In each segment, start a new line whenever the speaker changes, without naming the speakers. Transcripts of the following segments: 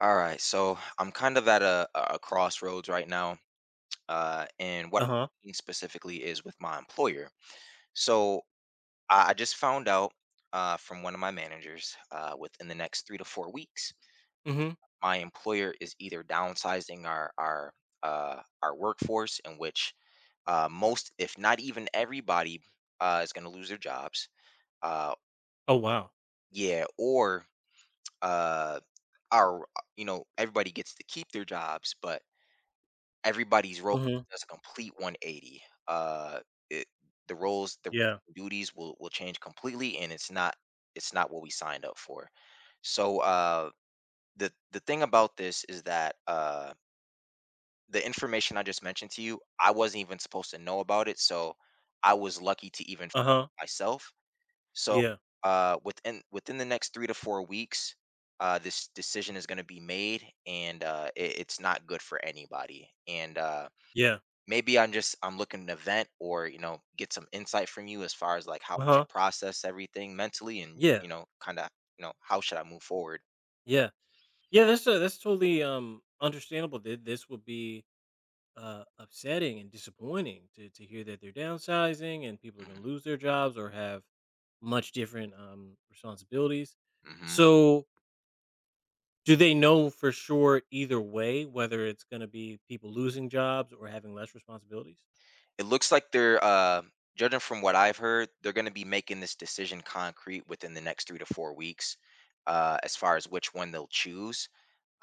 All right, so I'm kind of at a crossroads right now, and what
Uh-huh.
I mean specifically is with my employer. So I just found out from one of my managers within the next 3 to 4 weeks,
Mhm.
my employer is either downsizing our our workforce, in which most, if not even everybody, is going to lose their jobs. Uh,
Oh, wow.
yeah, or uh, our everybody gets to keep their jobs, but everybody's role
Mhm.
does a complete 180. Uh, it, the roles, the
Yeah.
duties will change completely, and it's not what we signed up for. So the thing about this is that the information I just mentioned to you, I wasn't even supposed to know about it. So I was lucky to even
Uh-huh.
find myself. So
Yeah.
within the next 3 to 4 weeks, this decision is going to be made, and it's not good for anybody. And
Yeah.
maybe I'm looking at an event or get some insight from you as far as like how I
Uh-huh.
should process everything mentally and
Yeah.
kind of how should I move forward.
Yeah. Yeah, that's totally, understandable that this would be, upsetting and disappointing to hear that they're downsizing and people are gonna
Mm-hmm.
lose their jobs or have much different, responsibilities.
Mm-hmm.
So, do they know for sure either way whether it's gonna be people losing jobs or having less responsibilities?
It looks like they're judging from what I've heard, they're going to be making this decision concrete within the next 3 to 4 weeks, as far as which one they'll choose.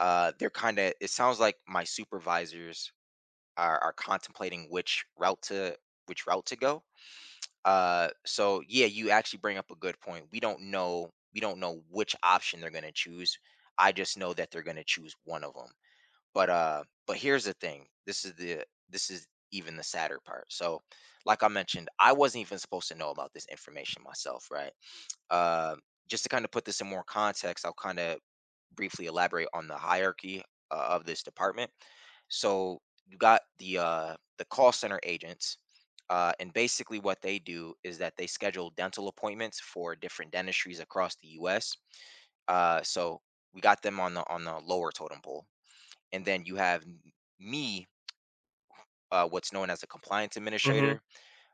They're kind of it sounds like my supervisors are contemplating which route to go. So yeah, you actually bring up a good point. We don't know which option they're going to choose. I just know that they're going to choose one of them. But here's the thing. This is even the sadder part. So like I mentioned, I wasn't even supposed to know about this information myself, right? Uh, just to kind of put this in more context, I'll kind of briefly elaborate on the hierarchy of this department. So you got the call center agents, and basically what they do is that they schedule dental appointments for different dentistries across the U.S. So we got them on the lower totem pole, and then you have me, what's known as a compliance
Mhm.
administrator.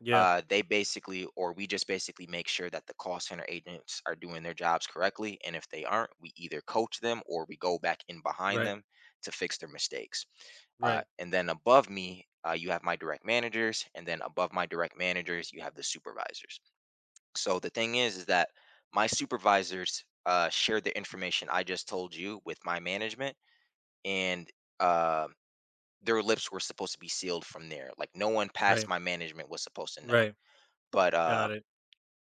Yeah.
They basically, or we just basically make sure that the call center agents are doing their jobs correctly. And if they aren't, we either coach them or we go back in behind
Right.
them to fix their mistakes.
Right.
And then above me, you have my direct managers. And then above my direct managers, you have the supervisors. So the thing is that my supervisors shared the information I just told you with my management, and uh, their lips were supposed to be sealed from there. Like no one past
Right.
my management was supposed to know.
Right.
But uh,
Got it.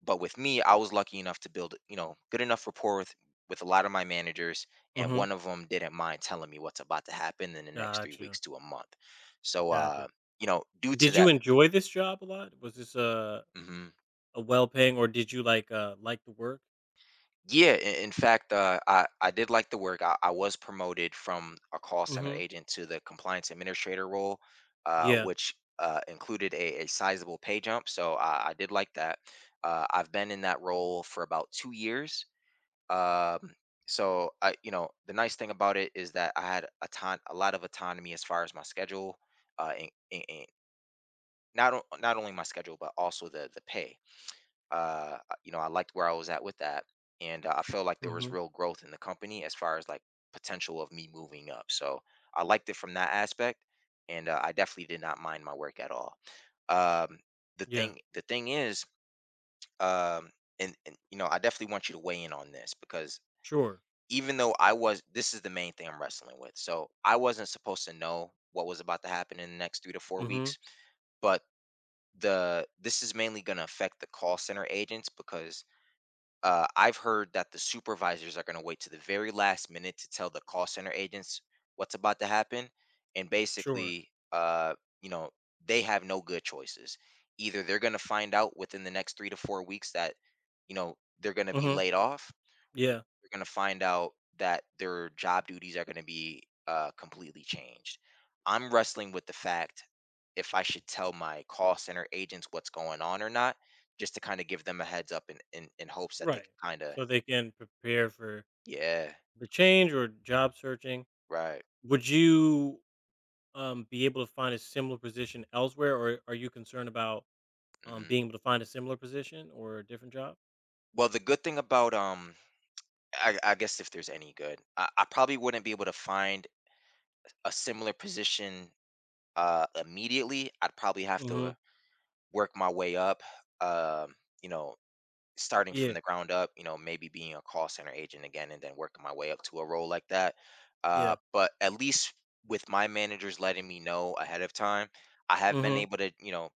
but with me, I was lucky enough to build good enough rapport with a lot of my managers, and
Mhm.
one of them didn't mind telling me what's about to happen in the next 3 weeks
Gotcha,
to a month. So
gotcha.
due to
Did you
that.
enjoy this job a lot? Was this a
Mhm.
a well-paying or did you like the work?
Yeah, in fact I did like the work. I was promoted from a call center
Mhm.
agent to the compliance administrator role, uh
Yeah.
which uh included a sizable pay jump, so I did like that. I've been in that role for about 2 years. Um, so I, you know, the nice thing about it is that I had a lot of autonomy as far as my schedule, and not only my schedule but also the pay. I- you know, I liked where I was at with that, and I felt like there was
Mhm.
real growth in the company as far as like potential of me moving up. So I liked it from that aspect, and I definitely did not mind my work at all. Um,
Yeah.
the thing is, um, and you know, I definitely want you to weigh in on this because
Sure.
even though I was this is the main thing I'm wrestling with. So I wasn't supposed to know what was about to happen in the next three to four
Mhm.
weeks, but the this is mainly going to affect the call center agents because I've heard that the supervisors are going to wait to the very last minute to tell the call center agents what's about to happen, and
Sure.
basically, you know, they have no good choices. Either they're going to find out within the next 3 to 4 weeks that, you know, they're going to be
Mhm.
laid off,
Yeah.
you're going to find out that their job duties are going to be completely changed. I'm wrestling with the fact if I should tell my call center agents what's going on or not, just to kind of give them a heads up in hopes that they
Right.
can kind of,
So they can prepare for
yeah,
the change or job searching.
right.
Would you, be able to find a similar position elsewhere, or are you concerned about,
Hmm.
being able to find a similar position or a different job?
Well, the good thing about, I guess if there's any good, I probably wouldn't be able to find a similar position immediately. I'd probably have
Mhm.
to work my way up, um, you know, starting from
Yeah,
the ground up, you know, maybe being a call center agent again and then working my way up to a role like that.
yeah.
But at least with my managers letting me know ahead of time, I have been
Mhm.
able to, you know,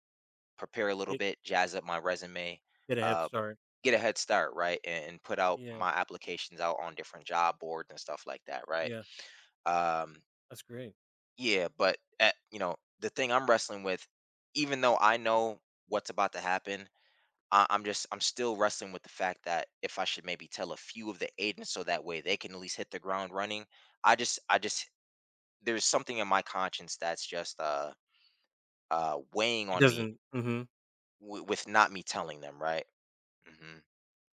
prepare a little
Get
bit, jazz up my resume,
get a head
uh,
start.
get a head start, right? And put out
Yeah,
my applications out on different job boards and stuff like that, right?
yeah.
Um,
That's great.
yeah, but at, you know, the thing I'm wrestling with, even though I know what's about to happen, I, I'm just I'm still wrestling with the fact that if I should maybe tell a few of the agents so that way they can at least hit the ground running. I just there's something in my conscience that's just weighing
It
on me
doesn't. Mhm.
with not me telling them, right? Mhm.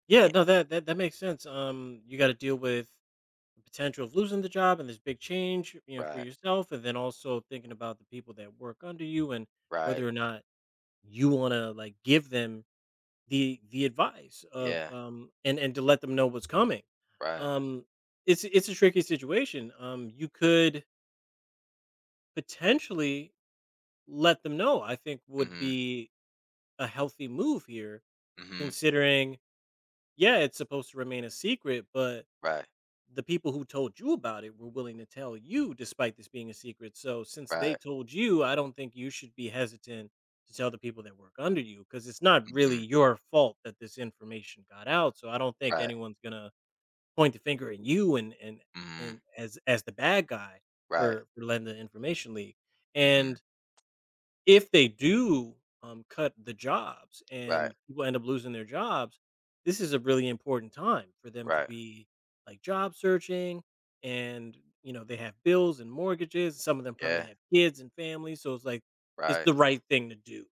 Yeah,
Yeah,
no, that makes sense. You gotta deal with the potential of losing the job and this big change, you know, for
right.
yourself, and then also thinking about the people that work under you and
Right.
whether or not you wanna, like, give them the advice of,
Yeah.
and to let them know what's coming.
Right.
Um, it's a tricky situation. You could potentially let them know, I think
mm
would
Mhm.
be a healthy move here,
mm Mhm.
considering, yeah, it's supposed to remain a secret, but
Right.
the people who told you about it were willing to tell you despite this being a secret. So since they
Right.
told you, I don't think you should be hesitant to tell the people that work under you because it's not
mm
really
Mhm.
your fault that this information got out. So I don't think
Right.
anyone's gonna point the finger at you and and
Mhm.
and as the bad guy
Right.
for letting the information leak.
Mhm.
And if they do, cut the jobs
Right.
and people end up losing their jobs, this is a really important time for them to
Right.
be, like, job searching and they have bills and mortgages, some of them probably
Yeah.
have kids and families, so it's like, it's
Right.
the right thing to do,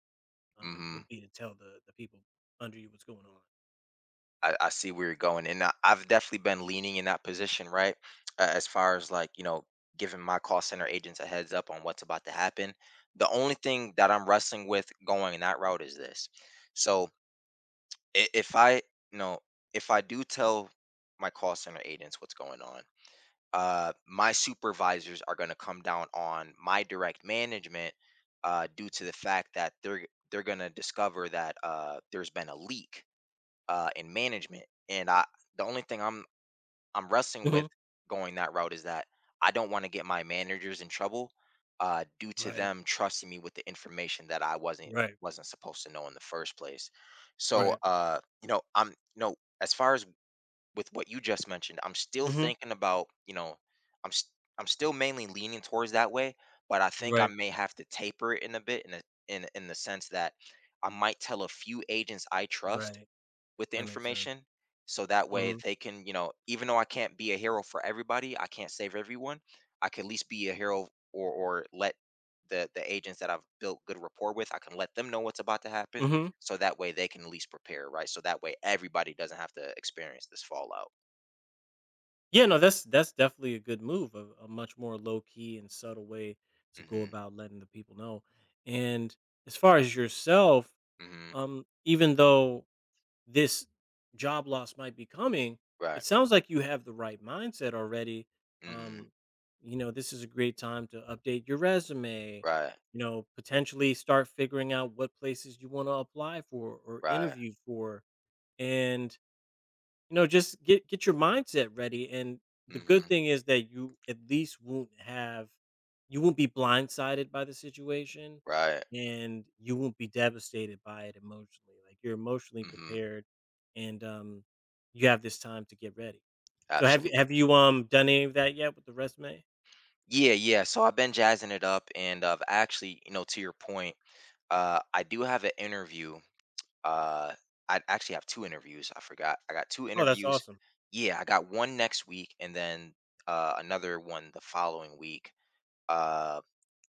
mm Mhm.
would be to tell the people under you what's going on.
I see where you're going, and I've definitely been leaning in that position, right? As far as like you know, giving my call center agents a heads up on what's about to happen. The only thing that I'm wrestling with going in that route is this. So if I you know if I do tell my call center agents what's going on, my supervisors are going to come down on my direct management due to the fact that they're going to discover that there's been a leak in management. And the only thing I'm wrestling with
Mhm.
going that route is that I don't want to get my managers in trouble due to
Right.
them trusting me with the information that I
Right.
wasn't supposed to know in the first place. So
Right.
you know, I'm you know, as far as with what you just mentioned, I'm still
Mhm.
thinking about you know, I'm s- I'm still mainly leaning towards that way, but I think I
Right.
may have to taper it in a bit in the sense that I might tell a few agents I trust
Right.
with the
That makes sense.
information so that way
Mhm.
they can you know even though I can't be a hero for everybody, I can't save everyone. I can at least be a hero, or let the agents that I've built good rapport with, I can let them know what's about to happen
Mhm.
so that way they can at least prepare, right? So that way everybody doesn't have to experience this fallout.
Yeah, no, that's definitely a good move, a much more low key and subtle way to go
Mm-hmm.
about letting the people know. And as far as yourself,
Mm-hmm.
even though this job loss might be coming,
Right.
it sounds like you have the right mindset already.
Mm-hmm.
Um, this is a great time to update your resume.
Right.
Potentially start figuring out what places you want to apply for or
Right.
interview for, and just get your mindset ready, and the good
Mm-hmm.
thing is that you at least won't have, you won't be blindsided by the situation,
Right.
and you won't be devastated by it emotionally. Like you're emotionally
Mm-hmm.
prepared, and you have this time to get ready. So have you
Absolutely.
have you um done any of that yet with the resume?
Yeah, yeah, so I've been jazzing it up and I've actually, you know, to your point, I do have an interview. Uh, I actually have two interviews. I forgot. I got two
Oh, that's
interviews.
awesome.
Yeah, I got one next week, and then another one the following week. Uh,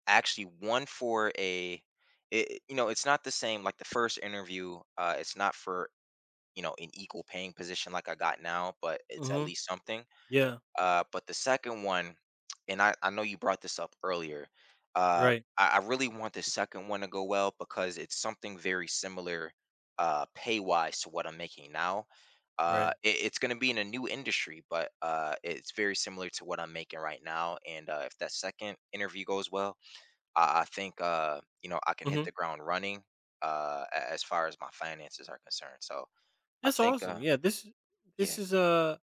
actually, one for a, it, you know, it's not the same. Like the first interview, it's not for an equal paying position like I got now, but it's at
Mm-hmm.
least something.
Yeah.
But the second one, and I know you brought this up earlier, uh,
Right.
I really want the second one to go well because it's something very similar pay wise to what I'm making now.
Right.
It's going to be in a new industry, but it's very similar to what I'm making right now. And if that second interview goes well, I think you know I can hit
Mm-hmm.
the ground running as far as my finances are concerned. So I
That's
think,
awesome. Yeah. This
yeah,
this is a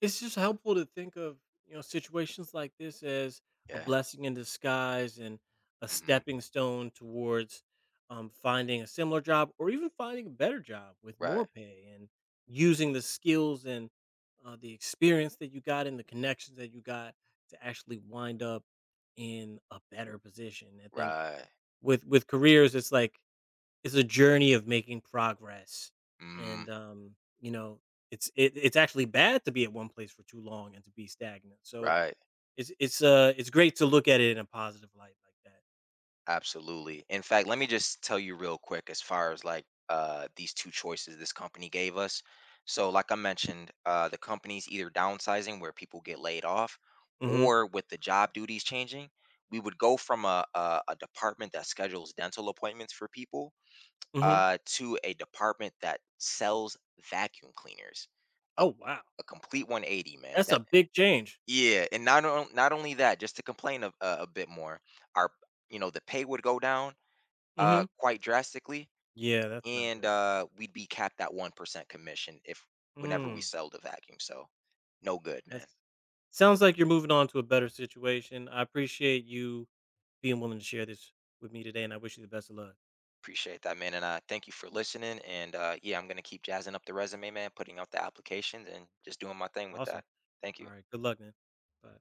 it's just helpful to think of situations like this as a
yeah,
blessing in disguise and a
hmm,
stepping stone towards finding a similar job or even finding a better job with more
right,
pay and using the skills and the experience that you got and the connections that you got to actually wind up in a better position. I think
right.
with careers, it's like, it's a journey of making progress.
Mm-hmm.
And it's actually bad to be at one place for too long and to be stagnant, so
Right.
it's great to look at it in a positive light like that.
Absolutely. In fact, let me just tell you real quick as far as like these two choices this company gave us. So like I mentioned, the company's either downsizing where people get laid off
Mhm.
or with the job duties changing, we would go from a department that schedules dental appointments for people
Mhm.
to a department that sells vacuum cleaners. A
Oh, wow.
a complete 180, man.
That's
That
a big change.
yeah, and not on not only that, just to complain a bit more, our you know the pay would go down
Mhm.
quite drastically,
Yeah, that's not
and
good.
we'd be capped at 1% commission if whenever we
Mm.
sell the vacuum. So no good, man.
That's sounds like you're moving on to a better situation. I appreciate you being willing to share this with me today, and I wish you the best of luck.
Appreciate that, man, and thank you for listening. And yeah, I'm gonna keep jazzing up the resume, man, putting out the applications and just doing my thing with
Awesome.
that. Thank
All
you.
right, good luck, man. Bye.